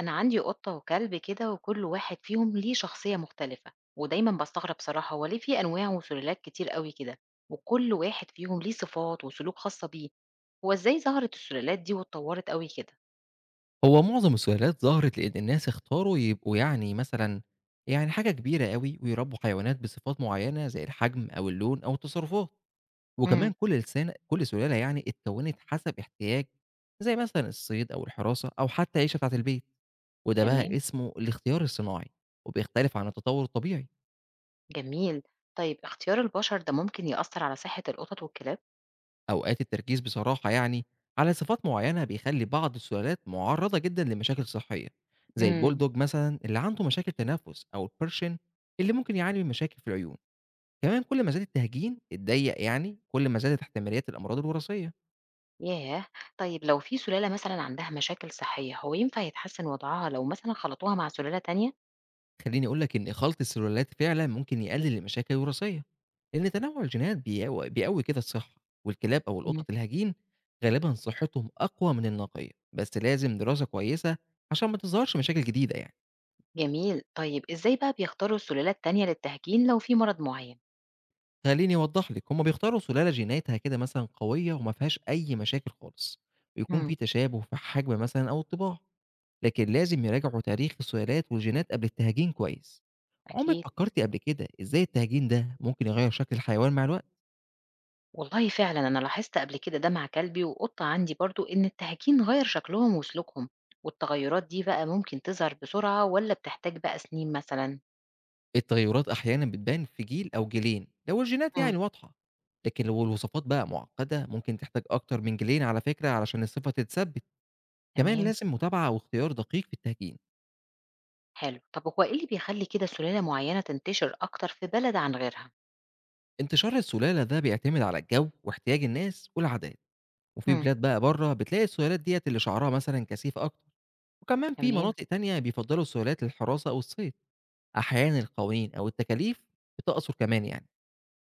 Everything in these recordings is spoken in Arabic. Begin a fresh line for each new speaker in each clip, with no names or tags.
أنا عندي قطة وكلب كده، وكل واحد فيهم ليه شخصية مختلفة، ودايما بستغرب صراحة هو ليه في أنواع وسلالات كتير قوي كده، وكل واحد فيهم ليه صفات وسلوك خاصة بيه. هو إزاي ظهرت السلالات دي واتطورت قوي كده؟
هو معظم السلالات ظهرت لأن الناس اختاروا يبقوا يعني مثلًا يعني حاجة كبيرة أوي، ويربوا حيوانات بصفات معينة زي الحجم أو اللون أو التصرفات،
امم
وكمان كل سلالة يعني اتكونت حسب احتياج زي مثلًا الصيد أو الحراسة أو حتى العيشة بتاعة البيت، وده بقى
تمام.
اسمه الاختيار الصناعي، وبيختلف عن التطور الطبيعي.
جميل. طيب اختيار البشر ده ممكن يأثر على صحة القطط والكلاب؟
أوقات التركيز بصراحة يعني على صفات معينة بيخلي بعض السلالات معرضة جدا لمشاكل صحية زي
امم
البولدوج مثلا اللي عنده مشاكل تنفس أو البرشن اللي ممكن يعاني من مشاكل في العيون. كمان كل ما زاد التهجين اتضيق يعني، كل ما زادت احتماليات الأمراض الوراثية.
ياه. طيب لو في سلالة مثلا عندها مشاكل صحية، هو ينفع يتحسن وضعها لو مثلا خلطوها مع سلالة تانية؟
خليني أقول لك إن إخالة السلالات فعلا ممكن يقلل المشاكل الوراثية، لأن تنوع الجينات بيقوي كده الصحة، والكلاب أو
مم.
القطط الهجين غالبا صحتهم أقوى من النقية، بس لازم دراسة كويسة عشان ما تظهرش مشاكل جديدة يعني.
جميل. طيب ازاي بقى بيختاروا السلالات التانية للتهجين لو في مرض معين؟
خلّيني أوضّح لِك، هم بيختاروا سُلالة جيناتها كده مثلًا قوية وما فيهاش أي مشاكل خالص، ويكون
إمم.
في تشابه في حجم مثلًا أو الطباع، لكن لازم يراجعوا تاريخ السلالات والجينات قبل التهجين كويس. عمرِك
أكيد.
فكرتِ قبل كده إزاي التهجين ده ممكن يغيّر شكل الحيوان مع الوقت؟
والله فعلًا أنا لاحظت قبل كده ده مع كلبي وقطة عندي برضه، إن التهجين غيّر شكلهم وسلوكهم، والتغيرات دي بقى ممكن تظهر بسرعة والّا بتحتاج بقى سنين مثلًا؟
التغيرات أحيانًا بتبان في جيل أو جيلين لو الجينات
إمم.
يعني واضحة، لكن لو الوصفات بقى معقدة ممكن تحتاج أكتر من جيلين على فكرة علشان الصفة تتثبت، كمان
تمام.
لازم متابعة واختيار دقيق في التهجين.
حلو. طب هو إيه اللي بيخلّي كده سلالة معيّنة تنتشر أكتر في بلد عن غيرها؟
انتشار السلالة ده بيعتمد على الجو واحتياج الناس والعادات، وفي
إمم.
بلاد بقى بره بتلاقي السلالات ديت اللي شعرها مثلا كثيف أكتر، وكمان في
تمام.
مناطق تانية بيفضلوا السلالات للحراسة أو الصيد. أحيانا القوانين أو التكاليف بتأثر كمان يعني.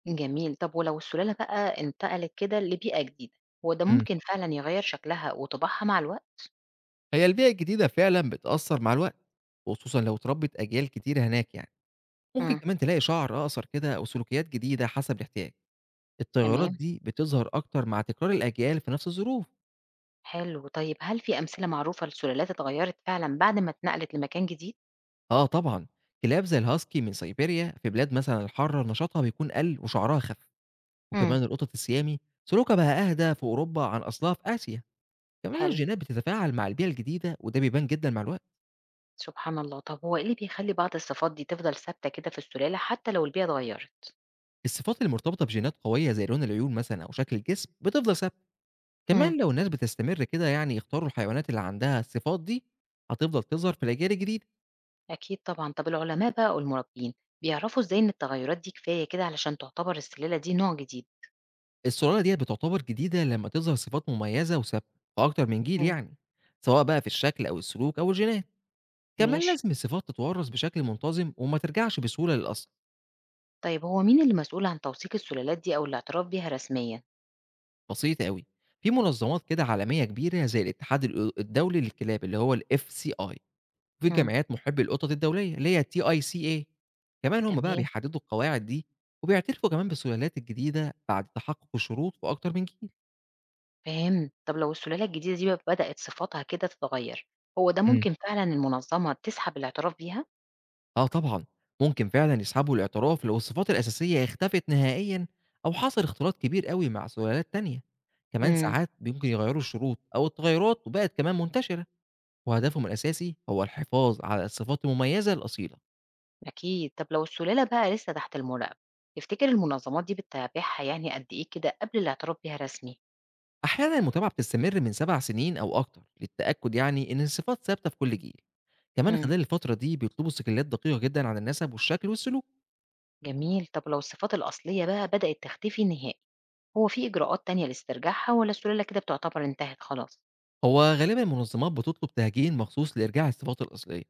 جميل. طب ولو السلالة بقى انتقلت كده لبيئة جديدة، هو ده
مم.
ممكن فعلًا يغيّر شكلها وطباعها مع الوقت؟
هي البيئة الجديدة فعلا بتأثر مع الوقت، وخصوصا لو اتربت أجيال كتير هناك يعني ممكن
إمم.
كمان تلاقي شعر أقصر كده أو سلوكيات جديدة حسب الاحتياج. التغيرات
تمام.
دي بتظهر أكتر مع تكرار الأجيال في نفس الظروف.
حلو. طيب هل في أمثلة معروفة لسلالات اتغيّرت فعلًا بعد ما اتنقلت لمكان جديد؟
آه طبعًا، كلاب زي الهاسكي من سيبيريا في بلاد مثلًا الحارة نشاطها بيكون قل وشعرها خف،
إمم.
وكمان القطط السيامي سلوكها بقى أهدى في أوروبا عن أصلها في آسيا، كمان
حلو.
الجينات بتتفاعل مع البيئة الجديدة وده بيبان جدًا مع الوقت.
سبحان الله. طب هو إيه اللي بيخلّي بعض الصفات دي تفضل ثابتة كده في السلالة حتى لو البيئة اتغيّرت؟
الصفات المرتبطة بجينات قوية زي لون العيون مثلًا أو شكل الجسم بتفضل ثابتة،
إمم.
كمان لو الناس بتستمر كده يعني يختاروا الحيوانات اللي عندها الصفات دي هتفضل تظهر في الأجيال الجديدة.
أكيد طبعًا. طب العلماء بقى والمُربّين بيعرفوا إزاي إن التغيّرات دي كفاية كده علشان تعتبر السلالة دي نوع جديد؟
السلالة ديّة بتعتبر جديدة لمّا تظهر صفات مميزة وثابتة في أكتر من جيل
إمم.
يعني، سواء بقى في الشكل أو السلوك أو الجينات. كمان
ماشي.
لازم الصفات تتورث بشكل منتظم وما ترجعش بسهولة للأصل.
طيب هو مين اللي مسؤول عن توثيق السلالات دي أو الاعتراف بيها رسميًا؟
بسيط قوي، في منظمات كده عالمية كبيرة زي الاتحاد الدولي للكلاب اللي هو ال FCI، وفي
إمم.
جمعيات محبي القطط الدولية اللي هي TICA. كمان هم بقى
تمام.
بيحددوا القواعد دي، وبيعترفوا كمان بالسلالات الجديدة بعد تحقق الشروط في أكتر من
فهمت. طب لو السلالة الجديدة دي بقى بدأت صفاتها كده تتغيّر، هو ده
جيل.
ممكن فعلًا المنظمة تسحب الاعتراف بيها؟
آه طبعًا، ممكن فعلًا يسحبوا الاعتراف لو الصفات الأساسية اختفت نهائيًا أو حصل اختلاط كبير أوي مع سلالات تانية، كمان
إمم.
ساعات ممكن يغيّروا الشروط أو التغيرات وبقت كمان منتشرة، وهدفهم الأساسي هو الحفاظ على الصفات المميزة الأصيلة.
أكيد. طب لو السلالة بقى لسه تحت المراقبة، تفتكر المنظمات دي بتتابعها يعني قد إيه كده قبل الاعتراف بيها رسمي؟
أحيانًا المتابعة بتستمر من 7 سنين أو أكتر للتأكد يعني إن الصفات ثابتة في كل جيل، كمان
مم.
خلال الفترة دي بيطلبوا استقلالات دقيقة جدًا عن النسب والشكل والسلوك.
جميل. طب لو الصفات الأصلية بقى بدأت تختفي نهائي، هو في إجراءات تانية لاسترجاعها ولا السلالة كده بتعتبر انتهت خلاص؟
هو غالبا المنظمات بتطلب تهجين مخصوص لإرجاع الصفات الأصلية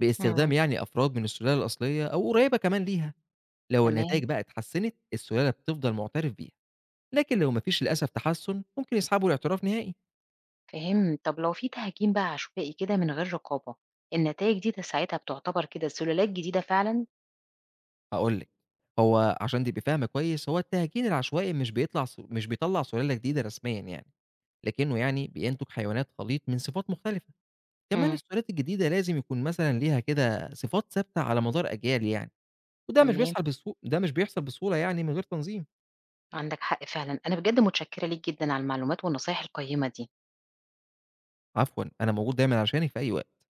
باستخدام
مم.
يعني أفراد من السلالة الأصلية أو قريبة كمان ليها. لو
تمام.
النتائج بقى اتحسنت السلالة بتفضل معترف بيها، لكن لو مفيش للأسف تحسن ممكن يسحبوا الاعتراف نهائي.
فهم. طب لو في تهجين بقى عشوائي كده من غير رقابة، النتائج دي ده ساعتها بتعتبر كده سلالات جديدة فعلا؟
هقولك، هو عشان تبقى فاهمة كويس هو التهجين العشوائي مش بيطلع سلالة جديدة رسميا يعني، لكنه يعني بينتج حيوانات خليط من صفات مختلفة. كمان
مم.
السلالات الجديدة لازم يكون مثلا ليها كده صفات ثابتة على مدار أجيال يعني، وده مش
تمام.
بيحصل بصو ده مش بيحصل بسهولة يعني من غير تنظيم.
عندك حق فعلا، أنا بجد متشكرة ليك جدا على المعلومات والنصايح القيمة دي.
عفوًا، أنا موجود دايمًا علشانِك في أي وقت.